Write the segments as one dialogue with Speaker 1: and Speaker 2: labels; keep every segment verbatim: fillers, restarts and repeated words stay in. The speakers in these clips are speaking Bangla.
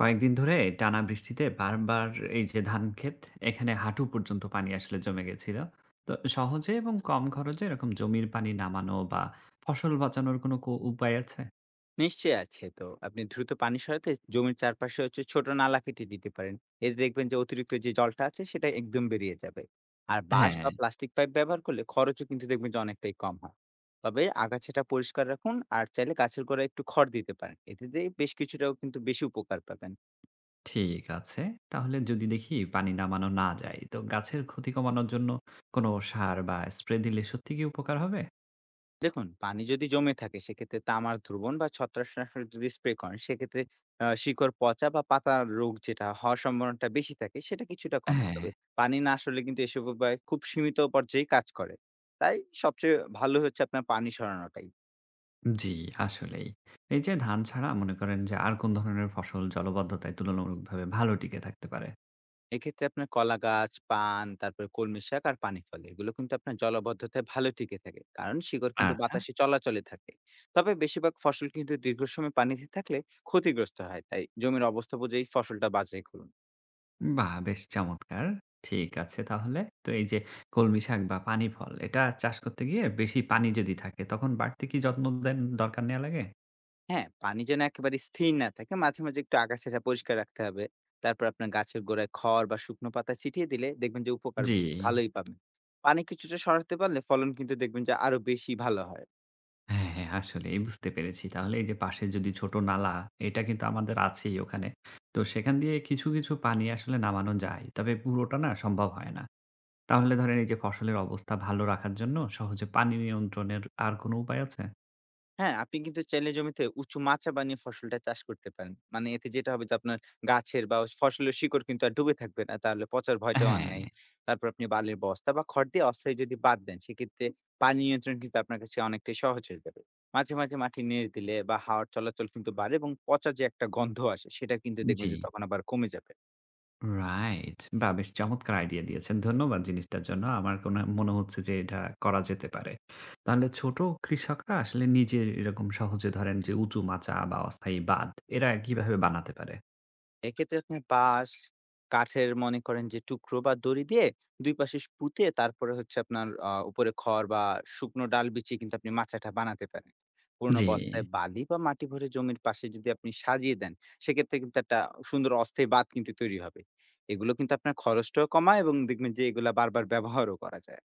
Speaker 1: কয়েকদিন ধরে টানা বৃষ্টিতে বারবার এই যে ধান ক্ষেত এখানে হাঁটু পর্যন্ত পানি আসলে জমে গেছিল। তো সহজে এবং কম খরচে এরকম জমির পানি নামানো বা ফসল বাঁচানোর কোনো কো- উপায় আছে?
Speaker 2: নিশ্চয়ই আছে তো। আপনি দ্রুত পানি সরাতে জমির চারপাশে হচ্ছে ছোট নালা কেটে দিতে পারেন। এতে দেখবেন যে অতিরিক্ত যে জলটা আছে সেটা একদম বেরিয়ে যাবে। আর বাঁশ বা
Speaker 1: হ্যাঁ,
Speaker 2: প্লাস্টিক পাইপ ব্যবহার করলে খরচও কিন্তু দেখবেন যে অনেকটাই কম হয়। তবে আগাছাটা পরিষ্কার রাখুন আর চাইলে গাছের গোড়ায় একটু খড় দিতে পারেন। এতে দিয়ে বেশ কিছুটাও কিন্তু বেশি উপকার পাবেন।
Speaker 1: ঠিক আছে তাহলে। যদি দেখি পানি নামানো না যায় তো গাছের ক্ষতি কমানোর জন্য কোনো সার বা স্প্রে দিলে সত্যি কি উপকার হবে?
Speaker 2: দেখুন, পানি যদি জমে থাকে সেক্ষেত্রে তামার দ্রবণ বা ছত্রাকনাশক যদি স্প্রে করেন সেক্ষেত্রে আ শিকড় পচা বা পাতার রোগ যেটা হওয়ার সম্ভাবনাটা বেশি থাকে সেটা কিছুটা কমে।
Speaker 1: হ্যাঁ,
Speaker 2: তবে পানি না আসলে কিন্তু এসব উপায় খুব সীমিত পর্যায়ে কাজ করে। তাই সবচেয়ে ভালো হচ্ছে আপনার পানি সরানোটাই।
Speaker 1: জি, আসলেই। এই যে ধান ছাড়া মনে করেন যে আর কোন ধরনের ফসল জলবদ্ধতায় তুলনামূলকভাবে ভালো টিকে থাকতে পারে?
Speaker 2: এক্ষেত্রে আপনার কলা গাছ, পান, তারপরে কলমি শাক আর পানি ফল এগুলো কিন্তু আপনার জলাবদ্ধতায় ভালো টিকে থাকে। কারণ শিকড় কিন্তু
Speaker 1: আচ্ছা,
Speaker 2: বাতাসে চলাচলে থাকে। তবে বেশিরভাগ ফসল কিন্তু দীর্ঘ সময় পানিতে থাকলে ক্ষতিগ্রস্ত হয়। তাই জমির অবস্থা বুঝেই ফসলটা বাছাই করুন।
Speaker 1: বাহ! বেশ চমৎকার। ঠিক আছে তাহলে। তো এই যে কলমি শাক বা পানি ফল এটা চাষ করতে গিয়ে বেশি পানি যদি থাকে তখন বাড়তি কি যত্ন দেন দরকার নেয়া লাগে?
Speaker 2: হ্যাঁ, পানি যেন একেবারে স্থির না থাকে, মাঝে, মাঝে একটু আগাছাটা পরিষ্কার রাখতে হবে। তারপর আপনার গাছের গোড়ায় খড় বা শুকনো পাতা ছিটিয়ে দিলে দেখবেন যে উপকার
Speaker 1: জি।
Speaker 2: ভালোই পাবেন। পানি কিছুটা সরাতে পারলে ফলন কিন্তু দেখবেন যে আরো বেশি ভালো হয়।
Speaker 1: হ্যাঁ, হ্যাঁ, আসলেই বুঝতে পেরেছি। তাহলে এই যে পাশে যদি ছোট নালা, এটা কিন্তু আমাদের আছেই ওখানে। তো সেখান দিয়ে কিছু, কিছু পানি আসলে নামানো যায়। তবে পুরোটা না, সম্ভব হয় না। তাহলে ধরেন এই যে ফসলের অবস্থা ভালো রাখার জন্য সহজে পানি নিয়ন্ত্রণের আর কোনো উপায় আছে?
Speaker 2: হ্যাঁ, আপনি কিন্তু চাইলে জমিতে উঁচু মাচা বানিয়ে ফসলটা চাষ করতে পারেন। মানে এতে যেটা হবে যে আপনার গাছের বা ফসলের শিকড় কিন্তু আর ডুবে থাকবে না। তাহলে পচার ভয়টাও আর
Speaker 1: হ্যাঁ,
Speaker 2: নাই। তারপর আপনি বালির বস্তা বা খড় দিয়ে অস্থায়ী যদি বাঁধ দেন, সেক্ষেত্রে পানি নিয়ন্ত্রণ কিন্তু আপনার কাছে অনেকটাই সহজ হয়ে যাবে। মাঝে, মাঝে মাটি নেড়ে দিলে বা হাওয়ার চলাচল কিন্তু বাড়ে, এবং পচা যে একটা গন্ধ আসে, সেটা কিন্তু দেখবেন
Speaker 1: জি।
Speaker 2: যে তখন আবার কমে যাবে।
Speaker 1: রাইট। বাহ! বেশ চমৎকার আইডিয়া দিয়েছেন। ধন্যবাদ জিনিসটার জন্য। আমার কোন মনে হচ্ছে যে এটা করা যেতে পারে। তাহলে ছোট কৃষকরা আসলে নিজে এরকম সহজে ধরেন যে উঁচু মাচা বা অস্থায়ী বাঁধ এরা কিভাবে বানাতে পারে?
Speaker 2: এক্ষেত্রে আপনি বাঁশ, কাঠের মনে করেন যে টুকরো বা দড়ি দিয়ে দুই পাশে পুঁতে, তারপরে হচ্ছে আপনার আহ, উপরে খড় বা শুকনো ডাল বিছিয়ে কিন্তু আপনি মাচাটা বানাতে পারেন। পুরোনো
Speaker 1: জি।
Speaker 2: বস্তায় বালি বা মাটি ভরে জমির পাশে যদি আপনি সাজিয়ে দেন, সেক্ষেত্রে কিন্তু একটা সুন্দর অস্থায়ী বাঁধ কিন্তু তৈরি হবে। এগুলো কিন্তু আপনার খরচটাও কমায়, এবং দেখবেন যে এগুলা বারবার ব্যবহারও করা যায়।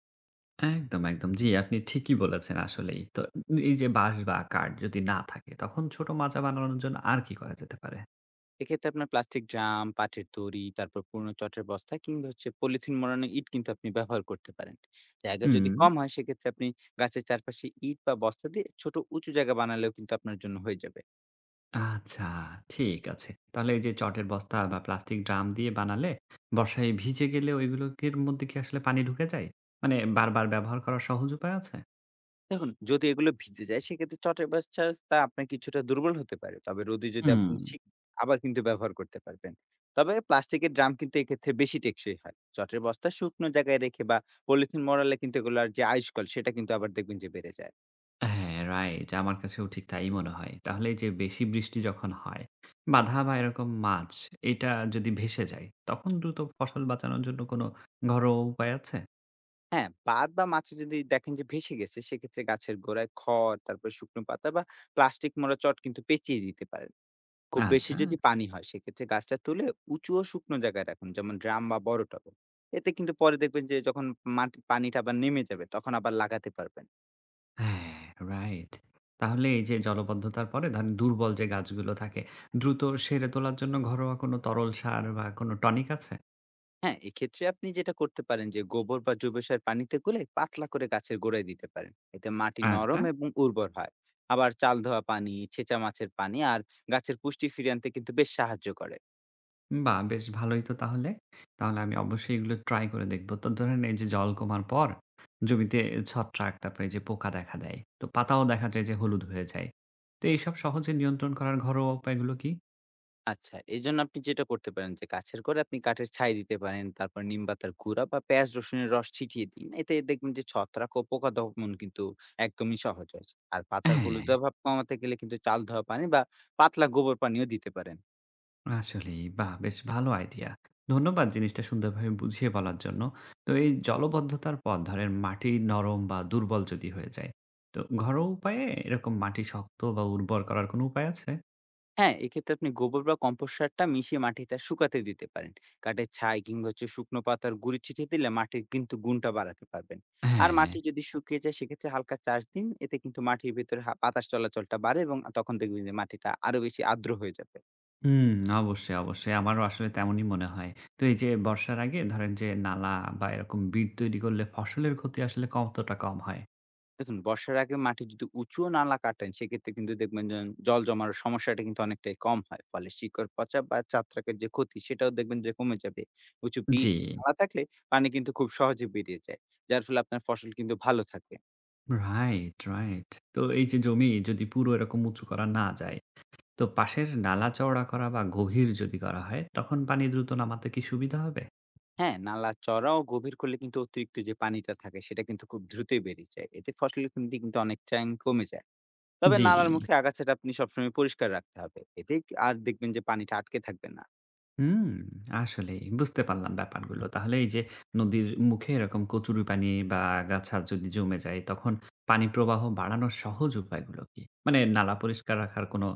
Speaker 1: একদম, একদম। জি, আপনি ঠিকই বলেছেন আসলেই। তো এই যে বাঁশ বা কাঠ যদি না থাকে তখন ছোট মাচা বানানোর জন্য আর কি করা যেতে পারে?
Speaker 2: এক্ষেত্রে আপনার প্লাস্টিক ড্রাম, পাটের দড়ি, তারপর পুরনো চটের বস্তা, কিংবা হচ্ছে পলিথিন মোড়ানো ইট কিন্তু আপনি ব্যবহার করতে পারেন। জায়গা যদি
Speaker 1: হুম।
Speaker 2: কম হয় সেক্ষেত্রে আপনি গাছের চারপাশে ইট বা বস্তা দিয়ে ছোট উঁচু জায়গা বানালেও কিন্তু আপনার জন্য হয়ে যাবে।
Speaker 1: আচ্ছা, ঠিক আছে। তাহলে এই যে চটের বস্তা বা প্লাস্টিক ড্রাম দিয়ে বানালে বর্ষায় ভিজে গেলে ওইগুলোর মধ্যে কি আসলে পানি ঢুকে যায়? মানে বারবার ব্যবহার করার সহজ উপায় আছে?
Speaker 2: দেখুন, যদি এগুলো ভিজে যায় সেক্ষেত্রে চটের বস্তা আপনার কিছুটা দুর্বল হতে পারে। তবে রোদে যদি
Speaker 1: হুম।
Speaker 2: আপনি শুক আবার কিন্তু ব্যবহার করতে পারবেন। তবে প্লাস্টিকের ড্রাম কিন্তু এক্ষেত্রে বেশি টেকসই হয়। চটের বস্তা শুকনো জায়গায় রেখে বা পলিথিন মোড়ালে কিন্তু এগুলার যে আইসকল, সেটা কিন্তু আবার দেখবেন যে বেড়ে যায়।
Speaker 1: হ্যাঁ, রাইট। আমার কাছেও ঠিক তাই মনে হয়। তাহলে এই যে বেশি বৃষ্টি যখন হয়, বাধা বা এরকম মাছ এটা যদি ভেসে যায়, তখন দ্রুত ফসল বাঁচানোর জন্য কোনো ঘরোয়া উপায় আছে?
Speaker 2: হ্যাঁ, বাদ বা মাছে যদি দেখেন যে ভেসে গেছে, সেক্ষেত্রে গাছের গোড়ায় খড়, তারপরে শুকনো পাতা বা প্লাস্টিক মোড়া চট কিন্তু পেঁচিয়ে দিতে পারেন। খুব বেশি
Speaker 1: আচ্ছা।
Speaker 2: যদি পানি হয়, সেক্ষেত্রে গাছটা তুলে উঁচু ও শুকনো জায়গায় রাখুন, যেমন ড্রাম বা বড় টবে। এতে কিন্তু পরে দেখবেন যে যখন মাটি পানিটা আবার নেমে যাবে, তখন আবার লাগাতে পারবেন।
Speaker 1: হ্যাঁ, রাইট। তাহলে এই যে জলাবদ্ধতার পরে ধরেন দুর্বল যে গাছগুলো থাকে, দ্রুত সেরে তোলার জন্য ঘরোয়া কোনো তরল সার বা কোনো টনিক আছে?
Speaker 2: হ্যাঁ, এক্ষেত্রে আপনি যেটা করতে পারেন যে গোবর বা জৈব সার পানিতে গুলে পাতলা করে গাছের গোড়ায় দিতে পারেন। এতে মাটি
Speaker 1: আচ্ছা,
Speaker 2: নরম এবং উর্বর হয়। আবার চাল ধোয়া পানি, ছেঁচা মাছের পানি আর গাছের পুষ্টি ফিরিয়ে আনতে কিন্তু বেশ সাহায্য করে।
Speaker 1: বাহ! বেশ ভালোই তো তাহলে। তাহলে আমি অবশ্যই এগুলো ট্রাই করে দেখব। তো ধরেন এই যে জল কমার পর জমিতে ছত্রাক, তারপরে এই যে পোকা দেখা দেয়। তো পাতাও দেখা যায় যে হলুদ হয়ে যায়। তো এইসব সহজে নিয়ন্ত্রণ করার ঘরোয়া উপায়গুলো কি?
Speaker 2: আচ্ছা, এজন্য আপনি যেটা করতে পারেন যে গাছের গোড়ায় আপনি কাঠের ছাই দিতে পারেন। তারপর নিমপাতার গুঁড়া বা পেঁয়াজ রসুনের রস ছিটিয়ে দিন। এতে দেখবেন যে ছত্রাক ও পোকা দমন কিন্তু একদমই সহজ হয়। আর পাতার
Speaker 1: হ্যাঁ।
Speaker 2: হলুদাভ ভাব কমাতে গেলে কিন্তু চাল ধোয়া পানি বা পাতলা গোবর পানিও দিতে পারেন।
Speaker 1: আসলেই বাহ! বেশ ভালো আইডিয়া। ধন্যবাদ জিনিসটা সুন্দরভাবে বুঝিয়ে বলার জন্য। তো এই জলবদ্ধতার পর ধরেন মাটি নরম বা দুর্বল যদি হয়ে যায়, তো ঘরোয়া উপায়ে এরকম মাটি শক্ত বা উর্বর করার কোনো উপায় আছে?
Speaker 2: হ্যাঁ, এক্ষেত্রে আপনি গোবর বা কম্পোস্ট সারটা মিশিয়ে মাটিতে আর শুকাতে দিতে পারেন। কাঠের ছাই কিংবা হচ্ছে শুকনো পাতার গুঁড়ি ছিটিয়ে দিলে মাটির কিন্তু গুণটা বাড়াতে পারবেন। আর
Speaker 1: হ্যাঁ।
Speaker 2: মাটি যদি শুকিয়ে যায়, সেক্ষেত্রে হালকা চাষ দিন। এতে কিন্তু মাটির ভেতরে হা বাতাস চলাচলটা বাড়ে, এবং তখন দেখবেন যে মাটিটা আরো বেশি আর্দ্র হয়ে যাবে।
Speaker 1: হুম, অবশ্যই, অবশ্যই। আমারও আসলে তেমনই মনে হয়। তো এই যে বর্ষার আগে ধরেন যে নালা বা এরকম বিড় তৈরি করলে ফসলের ক্ষতি আসলে কতটা কম হয়?
Speaker 2: দেখুন, বর্ষার আগে মাটি যদি উঁচুও নালা কাটেন, সেক্ষেত্রে কিন্তু দেখবেন যে জল জমার সমস্যাটা কিন্তু অনেকটাই কম হয়। ফলে শিকড় পচা বা ছত্রাকের যে ক্ষতি, সেটাও দেখবেন যে কমে যাবে। উঁচু পিট
Speaker 1: জি।
Speaker 2: নালা থাকলে পানি কিন্তু খুব সহজে বেরিয়ে যায়। যার ফলে আপনার ফসল কিন্তু ভালো থাকবে।
Speaker 1: Right, right. তো এই যে জমি যদি পুরো এরকম উঁচু করা না যায় তো পাশের নালা চওড়া করা বা গভীর যদি করা হয়, তখন পানি দ্রুত নামাতে কি সুবিধা হবে?
Speaker 2: হ্যাঁ, নালা চড়া ও গভীর করলে কিন্তু অতিরিক্ত যে পানিটা থাকে, সেটা কিন্তু খুব দ্রুতই বেরিয়ে যায়। এতে ফসলের ক্ষতি কিন্তু অনেকটাই কমে যায়। তবে
Speaker 1: জি।
Speaker 2: নালার মুখে আগাছাটা আপনি সবসময় পরিষ্কার রাখতে হবে। এতে আর দেখবেন যে পানিটা আটকে থাকবে না।
Speaker 1: হুম, আসলেই বুঝতে পারলাম ব্যাপারগুলো। তাহলে এই যে নদীর মুখে এরকম কচুরিপানি বা আগাছা যদি জমে যায়, তখন পানি প্রবাহ বাড়ানোর সহজ উপায়গুলো কি? মানে নালা পরিষ্কার রাখার কোনো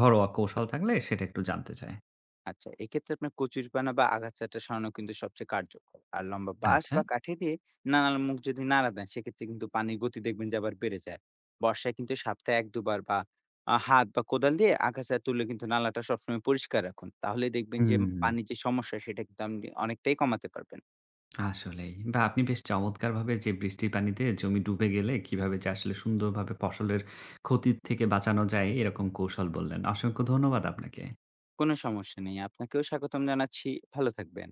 Speaker 1: ঘরোয়া কৌশল থাকলে সেটা একটু জানতে চাই।
Speaker 2: আচ্ছা, এক্ষেত্রে আপনার কচুরিপানা বা আগাছাটা সরানো কিন্তু সবচেয়ে কার্যকর। আর লম্বা বাঁশ
Speaker 1: আচ্ছা।
Speaker 2: বা কাঠি দিয়ে নালার মুখ যদি নাড়া দেন, সেক্ষেত্রে কিন্তু পানির গতি দেখবেন যে আবার বেড়ে যায়। বর্ষায় কিন্তু সপ্তাহে এক দুই বার বা আ হাত বা কোদাল দিয়ে আগাছা তুলে কিন্তু নালাটা সবসময় পরিষ্কার রাখুন। তাহলে দেখবেন যে
Speaker 1: হুম।
Speaker 2: পানির যে সমস্যা, সেটা কিন্তু আপনি অনেকটাই কমাতে পারবেন।
Speaker 1: আসলেই। বা আপনি বেশ চমৎকারভাবে যে বৃষ্টির পানিতে জমি ডুবে গেলে কিভাবে যে আসলে সুন্দরভাবে ফসলের ক্ষতির থেকে বাঁচানো যায় এরকম কৌশল বললেন। অসংখ্য ধন্যবাদ আপনাকে।
Speaker 2: কোনো সমস্যা নেই। আপনাকেও স্বাগতম জানাচ্ছি। ভালো থাকবেন।